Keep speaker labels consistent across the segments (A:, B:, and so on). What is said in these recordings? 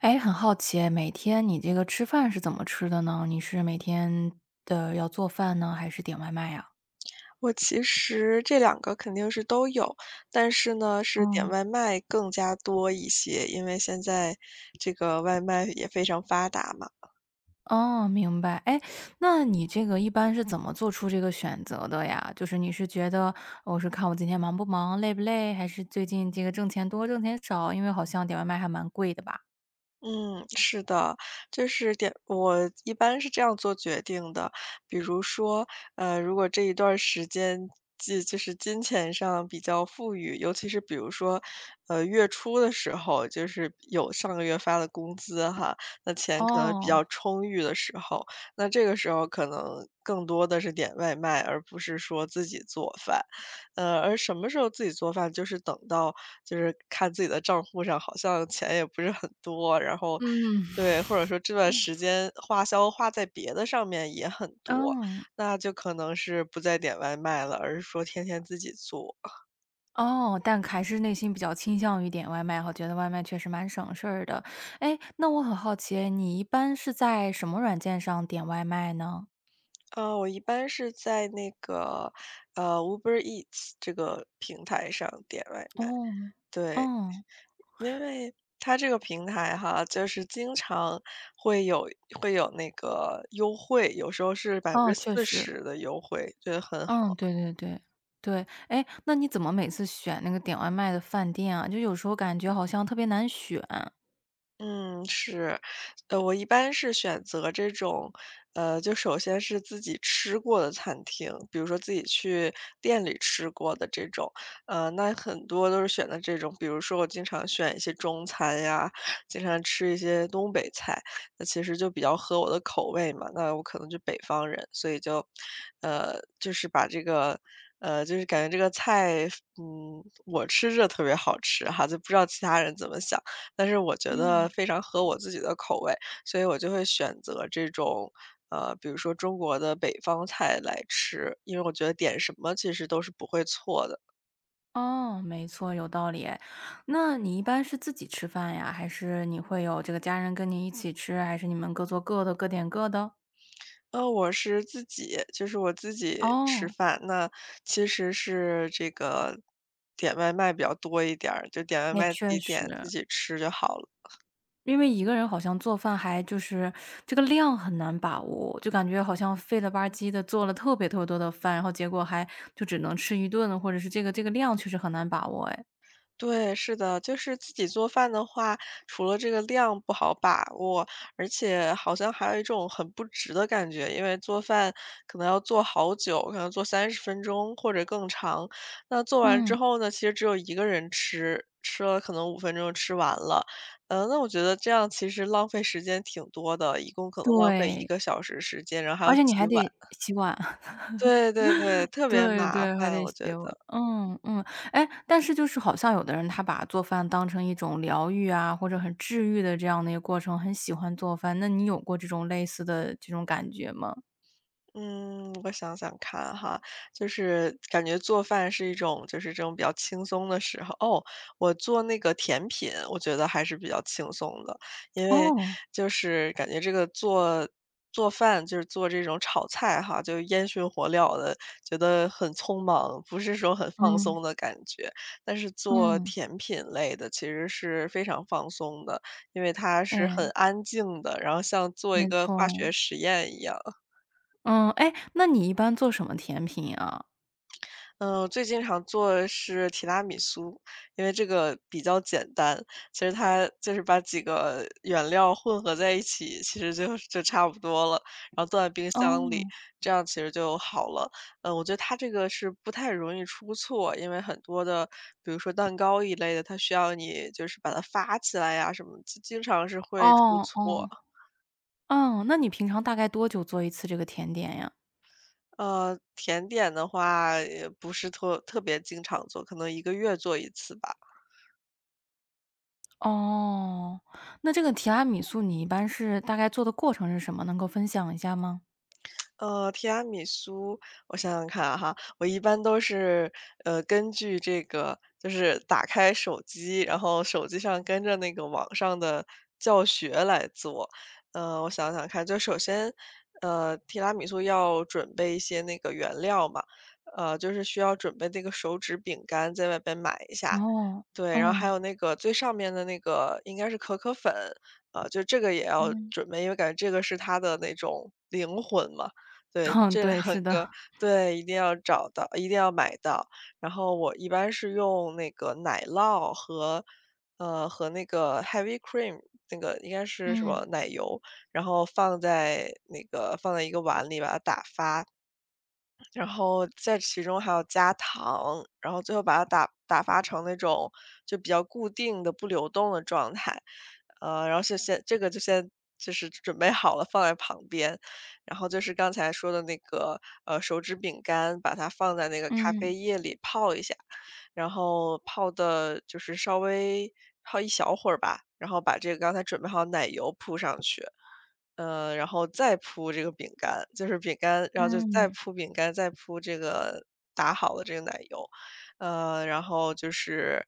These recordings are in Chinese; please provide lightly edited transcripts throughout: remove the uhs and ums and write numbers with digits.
A: 哎，很好奇诶，每天你这个吃饭是怎么吃的呢？你是每天的要做饭呢，还是点外卖呀？
B: 我其实这两个肯定是都有，但是呢，是点
A: 哦。
B: 外卖更加多一些，因为现在这个外卖也非常发达嘛。
A: 哦，明白。哎，那你这个一般是怎么做出这个选择的呀？就是你是觉得我是看我今天忙不忙、累不累，还是最近这个挣钱多、挣钱少？因为好像点外卖还蛮贵的吧？
B: 嗯，是的，就是点我一般是这样做决定的。比如说，如果这一段儿时间，就是金钱上比较富裕，尤其是比如说，月初的时候，就是有上个月发的工资哈，那钱可能比
A: 哦，
B: 较充裕的时候，那这个时候可能更多的是点外卖，而不是说自己做饭。而什么时候自己做饭，就是等到就是看自己的账户上好像钱也不是很多，然后
A: 嗯，
B: 对，或者说这段时间花销花在别的上面也很多，
A: 哦。
B: 那就可能是不再点外卖了，而是说天天自己做。
A: 哦，但还是内心比较倾向于点外卖哈，觉得外卖确实蛮省事儿的。哎，那我很好奇，你一般是在什么软件上点外卖呢？
B: 我一般是在那个Uber Eats 这个平台上点外卖，
A: 哦，
B: 对。
A: 哦，
B: 因为它这个平台哈，就是经常会有会有那个优惠，有时候是百分
A: 哦，
B: 之
A: 确
B: 四
A: 实，
B: 十的优惠，就很
A: 嗯，对对对，对。哎，那你怎么每次选那个点外卖的饭店啊？就有时候感觉好像特别难选。
B: 嗯，是，我一般是选择这种，就首先是自己吃过的餐厅，比如说自己去店里吃过的这种，那很多都是选的这种，比如说我经常选一些中餐呀，经常吃一些东北菜，那其实就比较合我的口味嘛。那我可能就北方人，所以就，呃，就是把这个。就是感觉这个菜，嗯，我吃着特别好吃哈，就不知道其他人怎么想。但是我觉得
A: 嗯，
B: 非常合我自己的口味，所以我就会选择这种，比如说中国的北方菜来吃，因为我觉得点什么其实都是不会错的。
A: 哦，没错，有道理诶。那你一般是自己吃饭呀？还是你会有这个家人跟你一起吃？还是你们各做各的，各点各的？
B: 我是自己，就是我自己吃
A: 哦。
B: 饭，那其实是这个点外卖比较多一点儿，就点外
A: 那
B: 卖自
A: 确
B: 己
A: 实，
B: 点自己吃就好了。
A: 因为一个人好像做饭还就是量很难把握，就感觉好像费了吧唧的做了特别特别多的饭，然后结果还就只能吃一顿，或者是这个量确实很难把握哎。
B: 对，是的，就是自己做饭的话，除了这个量不好把握，而且好像还有一种很不值的感觉，因为做饭可能要做好久，可能做30分钟或者更长。那做完之
A: 嗯，
B: 后呢，其实只有一个人吃，吃了可能5分钟就吃完了。那我觉得这样其实浪费时间挺多的，一共可能浪费一
A: 对，
B: 个小时时间，然后还要
A: 而且你还
B: 洗碗。
A: 得洗碗，
B: 对对对，特别
A: 对
B: 麻
A: 对，还
B: 烦，
A: 得
B: 我觉
A: 洗碗，
B: 得。
A: 嗯嗯，哎，但是就是好像有的人他把做饭当成一种疗愈啊，或者很治愈的这样的一个过程，很喜欢做饭，那你有过这种类似的这种感觉吗？
B: 嗯，我想想看哈，就是感觉做饭是一种，就是这种比较轻松的时候。哦，我做那个甜品，我觉得还是比较轻松的，因为
A: 哦，
B: 就是感觉这个做饭，就是做这种炒菜哈，就烟熏火燎的，觉得很匆忙，不是说很放
A: 嗯
B: 松的感觉。但是做
A: 嗯。
B: 甜品类的其实是非常放松的，因为它是很
A: 哎，
B: 安静的，然后像做一
A: 没
B: 个
A: 错
B: 化学
A: 哎。
B: 实验一样。
A: 嗯，哎，那你一般做什么甜品啊？
B: 嗯，我最经常做的是提拉米苏，因为这个比较简单。其实它就是把几个原料混合在一起，其实就差不多了，然后冻在冰箱
A: 哦，
B: 里，这样其实就好了。嗯，我觉得它这个是不太容易出错，因为很多的，比如说蛋糕一类的，它需要你就是把它发起来呀、什么，经常是会出
A: 哦
B: 错。
A: 哦，嗯，那你平常大概多久做一次这个甜点呀？
B: 甜点的话也不是特别经常做，可能1个月做一次吧。
A: 哦，那这个提拉米苏你一般是大概做的过程是什么？能够分享一下吗？
B: 提拉米苏，我想想看啊哈，我一般都是，根据这个就是打开手机，然后手机上跟着那个网上的教学来做。我想想看，就首先，提拉米苏要准备一些那个原料嘛，就是需要准备那个手指饼干，在外边买一下，
A: 哦，
B: 对，然后还
A: 嗯，
B: 有那个最上面的那个应该是可可粉，就这个也要
A: 嗯，
B: 准备，因为感觉这个是它的那种灵魂嘛。对，
A: 嗯，
B: 这两
A: 对，是的，
B: 个对，一定要找到，一定要买到。然后我一般是用那个奶酪和，和那个 heavy cream，那个应该是什
A: 嗯，
B: 么奶油，然后放在一个碗里把它打发，然后在其中还要加糖，然后最后把它打发成那种就比较固定的不流动的状态。然后是先这个就先准备好了放在旁边，然后就是刚才说的那个，手指饼干，把它放在那个咖
A: 嗯，
B: 啡液里泡一下。然后泡的就是稍微泡一小会儿吧，然后把这个刚才准备好的奶油铺上去，然后再铺这个饼干，就是饼干，然后就再
A: 嗯，
B: 铺饼干，再铺这个打好的这个奶油，呃，然后就是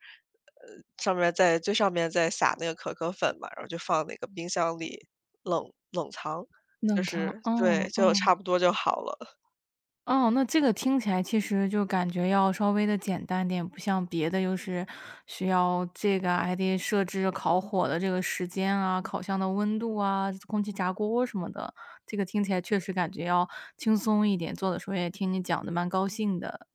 B: 上面在最上面再撒那个可可粉嘛，然后就放那个冰箱里冷藏，就
A: 冷藏，
B: 是对，
A: 嗯
B: 就
A: 嗯。
B: 差不多就好了。
A: 哦，那这个听起来其实就感觉要稍微的简单点，不像别的又是需要这个还得设置烤火的这个时间啊、烤箱的温度啊、空气炸锅什么的，这个听起来确实感觉要轻松一点，做的时候也听你讲的蛮高兴的。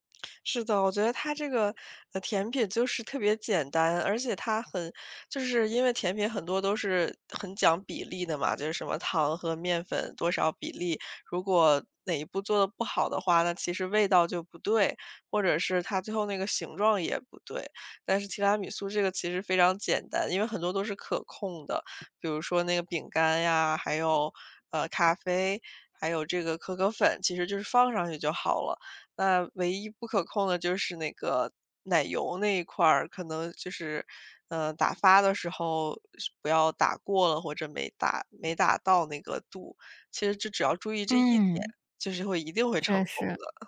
B: 是的，我觉得它这个，甜品就是特别简单，而且它很就是因为甜品很多都是很讲比例的嘛，就是什么糖和面粉多少比例，如果哪一步做的不好的话，那其实味道就不对，或者是它最后那个形状也不对。但是提拉米苏这个其实非常简单，因为很多都是可控的，比如说那个饼干呀，还有，咖啡，还有这个可可粉，其实就是放上去就好了。那唯一不可控的就是那个奶油那一块儿，可能就是，打发的时候是不要打过了，或者没打到那个度，其实就只要注意这一点，
A: 嗯。
B: 就是会一定会成
A: 确
B: 功
A: 实。
B: 的。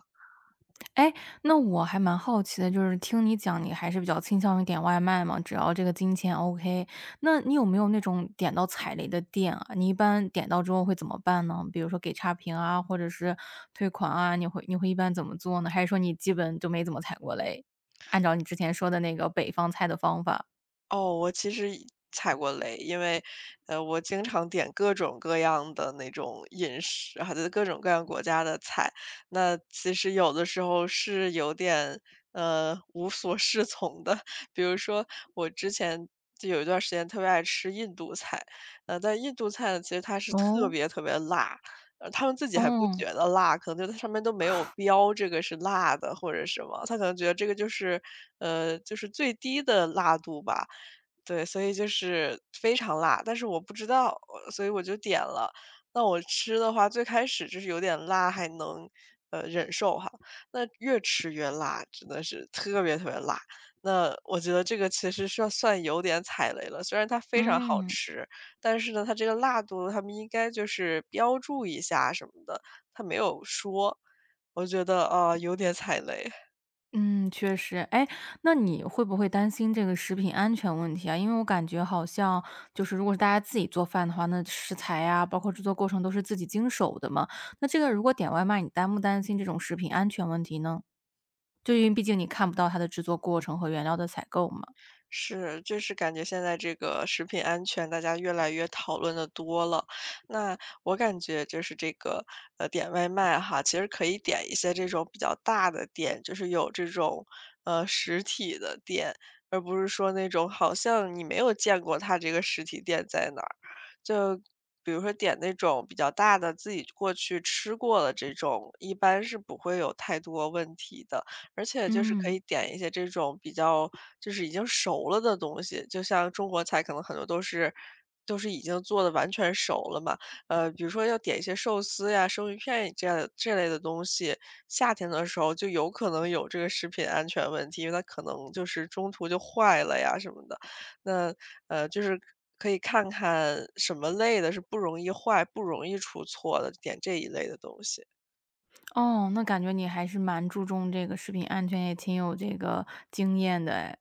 A: 哎，那我还蛮好奇的，就是听你讲，你还是比较倾向于点外卖嘛，只要这个金钱 OK。那你有没有那种点到踩雷的店啊？你一般点到之后会怎么办呢？比如说给差评啊，或者是退款啊，你会一般怎么做呢？还是说你基本就没怎么踩过雷？按照你之前说的那个北方菜的方法。
B: 哦，我其实踩过雷，因为，我经常点各种各样的那种饮食，还有各种各样国家的菜。那其实有的时候是有点，无所适从的。比如说我之前就有一段时间特别爱吃印度菜，但印度菜呢，其实它是特
A: 哦，
B: 别特别辣，他们自己还不
A: 哦，
B: 觉得辣，可能就它上面都没有标这个是辣的或者什么，他可能觉得这个就是，就是最低的辣度吧。对，所以就是非常辣，但是我不知道，所以我就点了。那我吃的话，最开始就是有点辣，还能，忍受哈。那越吃越辣，真的是特别特别辣。那我觉得这个其实是算有点踩雷了，虽然它非常好
A: 嗯。
B: 吃。但是呢，它这个辣度他们应该就是标注一下什么的，他没有说，我觉得，啊，有点踩雷。
A: 嗯，确实。哎，那你会不会担心这个食品安全问题啊？因为我感觉好像就是如果是大家自己做饭的话，那食材呀，包括制作过程都是自己经手的嘛。那这个如果点外卖，你担不担心这种食品安全问题呢？就因为毕竟你看不到它的制作过程和原料的采购嘛。
B: 是，就是感觉现在这个食品安全，大家越来越讨论的多了。那我感觉就是这个，点外卖哈，其实可以点一些这种比较大的店，就是有这种实体的店，而不是说那种好像你没有见过它这个实体店在哪儿。就比如说点那种比较大的，自己过去吃过了这种，一般是不会有太多问题的。而且就是可
A: 嗯，
B: 以点一些这种比较就是已经熟了的东西，就像中国菜可能很多都是已经做的完全熟了嘛。比如说要点一些寿司呀、生鱼片这样的这类的东西，夏天的时候就有可能有这个食品安全问题，因为它可能就是中途就坏了呀什么的。那就是可以看看什么类的是不容易坏、不容易出错的，点这一类的东西。
A: 哦，那感觉你还是蛮注重这个食品安全，也挺有这个经验的哎。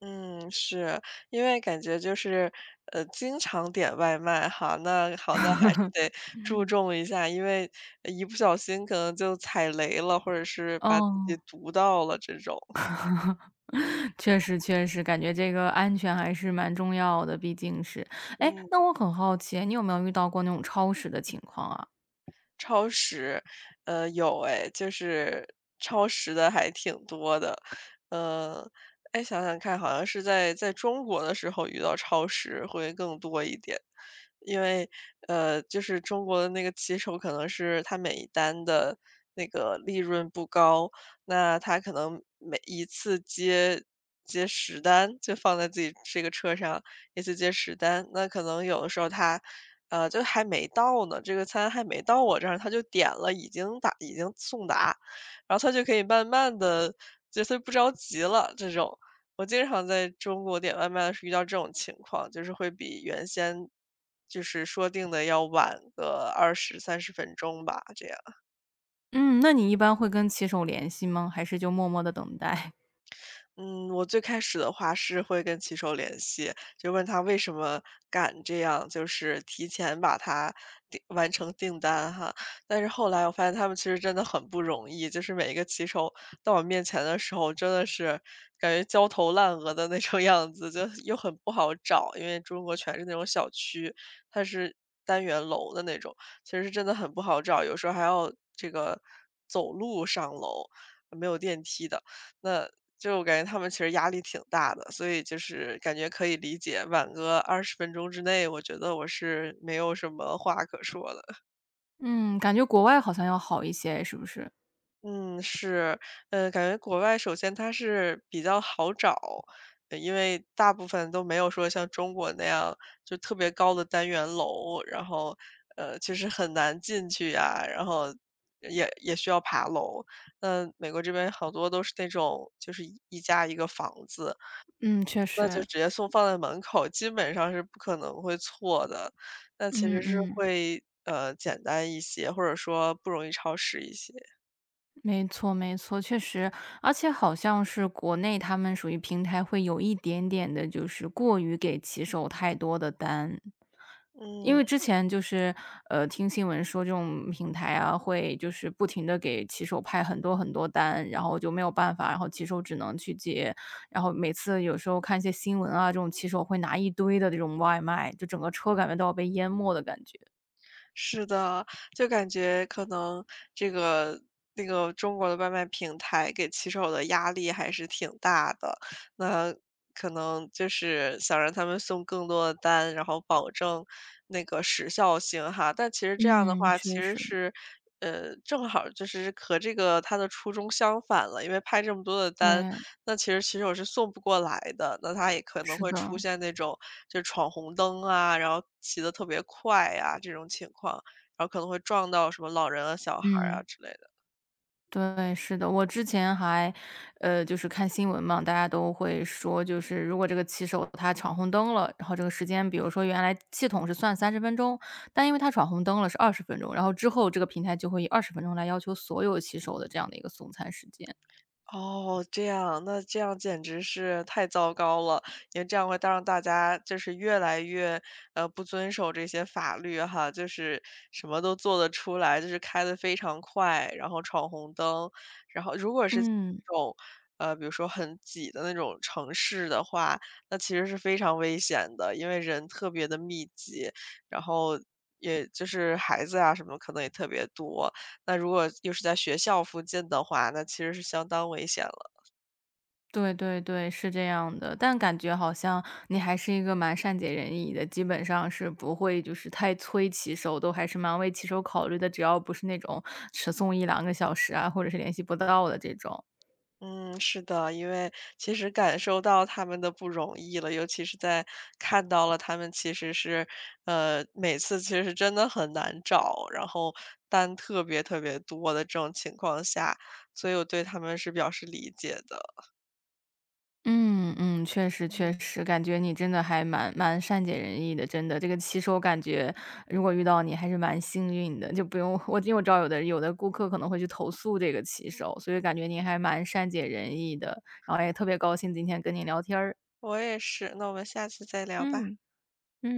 B: 嗯，是，因为感觉就是，经常点外卖哈，那好像还是得注重一下，因为一不小心可能就踩雷了，或者是把自
A: 哦。
B: 己毒到了这种，
A: 确实确实，感觉这个安全还是蛮重要的，毕竟是。哎，那
B: 嗯。
A: 我很好奇，你有没有遇到过那种超时的情况啊？
B: 超时，有哎，就是超时的还挺多的。呃，哎，想想看，好像是在中国的时候遇到超时会更多一点。因为，就是中国的那个骑手可能是他每一单的那个利润不高，那他可能每一次接十单就放在自己这个车上，一次接十单，那可能有的时候他，就还没到呢，这个餐还没到我这儿，他就点了，已经送达，然后他就可以慢慢的，就他不着急了这种。我经常在中国点外卖的时候遇到这种情况，就是会比原先就是说定的要晚个20、30分钟吧，这样。
A: 嗯，那你一般会跟骑手联系吗？还是就默默的等待？
B: 嗯，我最开始的话是会跟骑手联系，就问他为什么敢这样，就是提前把它订完成订单哈。但是后来我发现他们其实真的很不容易，就是每一个骑手到我面前的时候，真的是感觉焦头烂额的那种样子，就又很不好找，因为中国全是那种小区，它是单元楼的那种，其实真的很不好找，有时候还要这个走路上楼，没有电梯的。那就我感觉他们其实压力挺大的，所以就是感觉可以理解，晚个20分钟之内，我觉得我是没有什么话可说的。
A: 嗯，感觉国外好像要好一些，是不是？
B: 嗯，是，感觉国外首先它是比较好找，因为大部分都没有说像中国那样就特别高的单元楼，然后，就是很难进去呀，然后也需要爬楼。那美国这边好多都是那种就是一家一个房子，
A: 嗯，确
B: 那就
A: 实，
B: 直接送放在门口，基本上是不可能会错的。那其
A: 嗯
B: 实是
A: 嗯。
B: 会，简单一些，或者说不容易超时一些，
A: 没错，没错，确实，而且好像是国内他们属于平台会有一点点的，就是过于给骑手太多的单。因
B: 嗯。
A: 为之前就是，听新闻说这种平台啊，会就是不停的给骑手派很多很多单，然后就没有办法，然后骑手只能去接，然后每次有时候看一些新闻啊，这种骑手会拿一堆的这种外卖，就整个车感觉都要被淹没的感觉。
B: 是的，就感觉可能这个那个中国的外卖平台给骑手的压力还是挺大的，那可能就是想让他们送更多的单，然后保证那个时效性哈。但其实这样的
A: 嗯，
B: 话，其
A: 确
B: 实
A: 实，
B: 是，正好就是和这个他的初衷相反了，因为派这么多的单，
A: 对，
B: 那其实骑手是送不过来的，那他也可能
A: 是
B: 会
A: 的，
B: 出现那种就闯红灯啊，然后骑得特别快呀，这种情况，然后可能会撞到什么老人啊、小孩儿啊
A: 嗯。
B: 之类的。
A: 对，是的，我之前还，就是看新闻嘛，大家都会说，就是如果这个骑手他闯红灯了，然后这个时间，比如说原来系统是算30分钟，但因为他闯红灯了是二十分钟，然后之后这个平台就会以二十分钟来要求所有骑手的这样的一个送餐时间。
B: 哦，这样，那这样简直是太糟糕了，因为这样会当让大家就是越来越，不遵守这些法律哈，就是什么都做得出来，就是开得非常快，然后闯红灯，然后如果是这
A: 嗯。
B: 种，比如说很挤的那种城市的话，那其实是非常危险的，因为人特别的密集，然后也就是孩子啊什么可能也特别多。那如果又是在学校附近的话，那其实是相当危险了。
A: 对对对，是这样的。但感觉好像你还是一个蛮善解人意的，基本上是不会就是太催骑手，都还是蛮为骑手考虑的。只要不是那种迟送1~2个小时啊，或者是联系不到的这种。
B: 嗯，是的，因为其实感受到他们的不容易了，尤其是在看到了他们其实是，每次其实是真的很难找，然后单特别特别多的这种情况下，所以我对他们是表示理解的。
A: 嗯嗯，确实确
B: 嗯，
A: 实，感觉你真的还蛮善解人意的，真的。这个骑手感觉如果遇到你还是蛮幸运的，就不用我因为我知道有的顾客可能会去投诉这个骑手，所以感觉您还蛮善解人意的，然后也特别高兴今天跟您聊天儿。
B: 我也是，那我们下次再聊吧。
A: 嗯。嗯。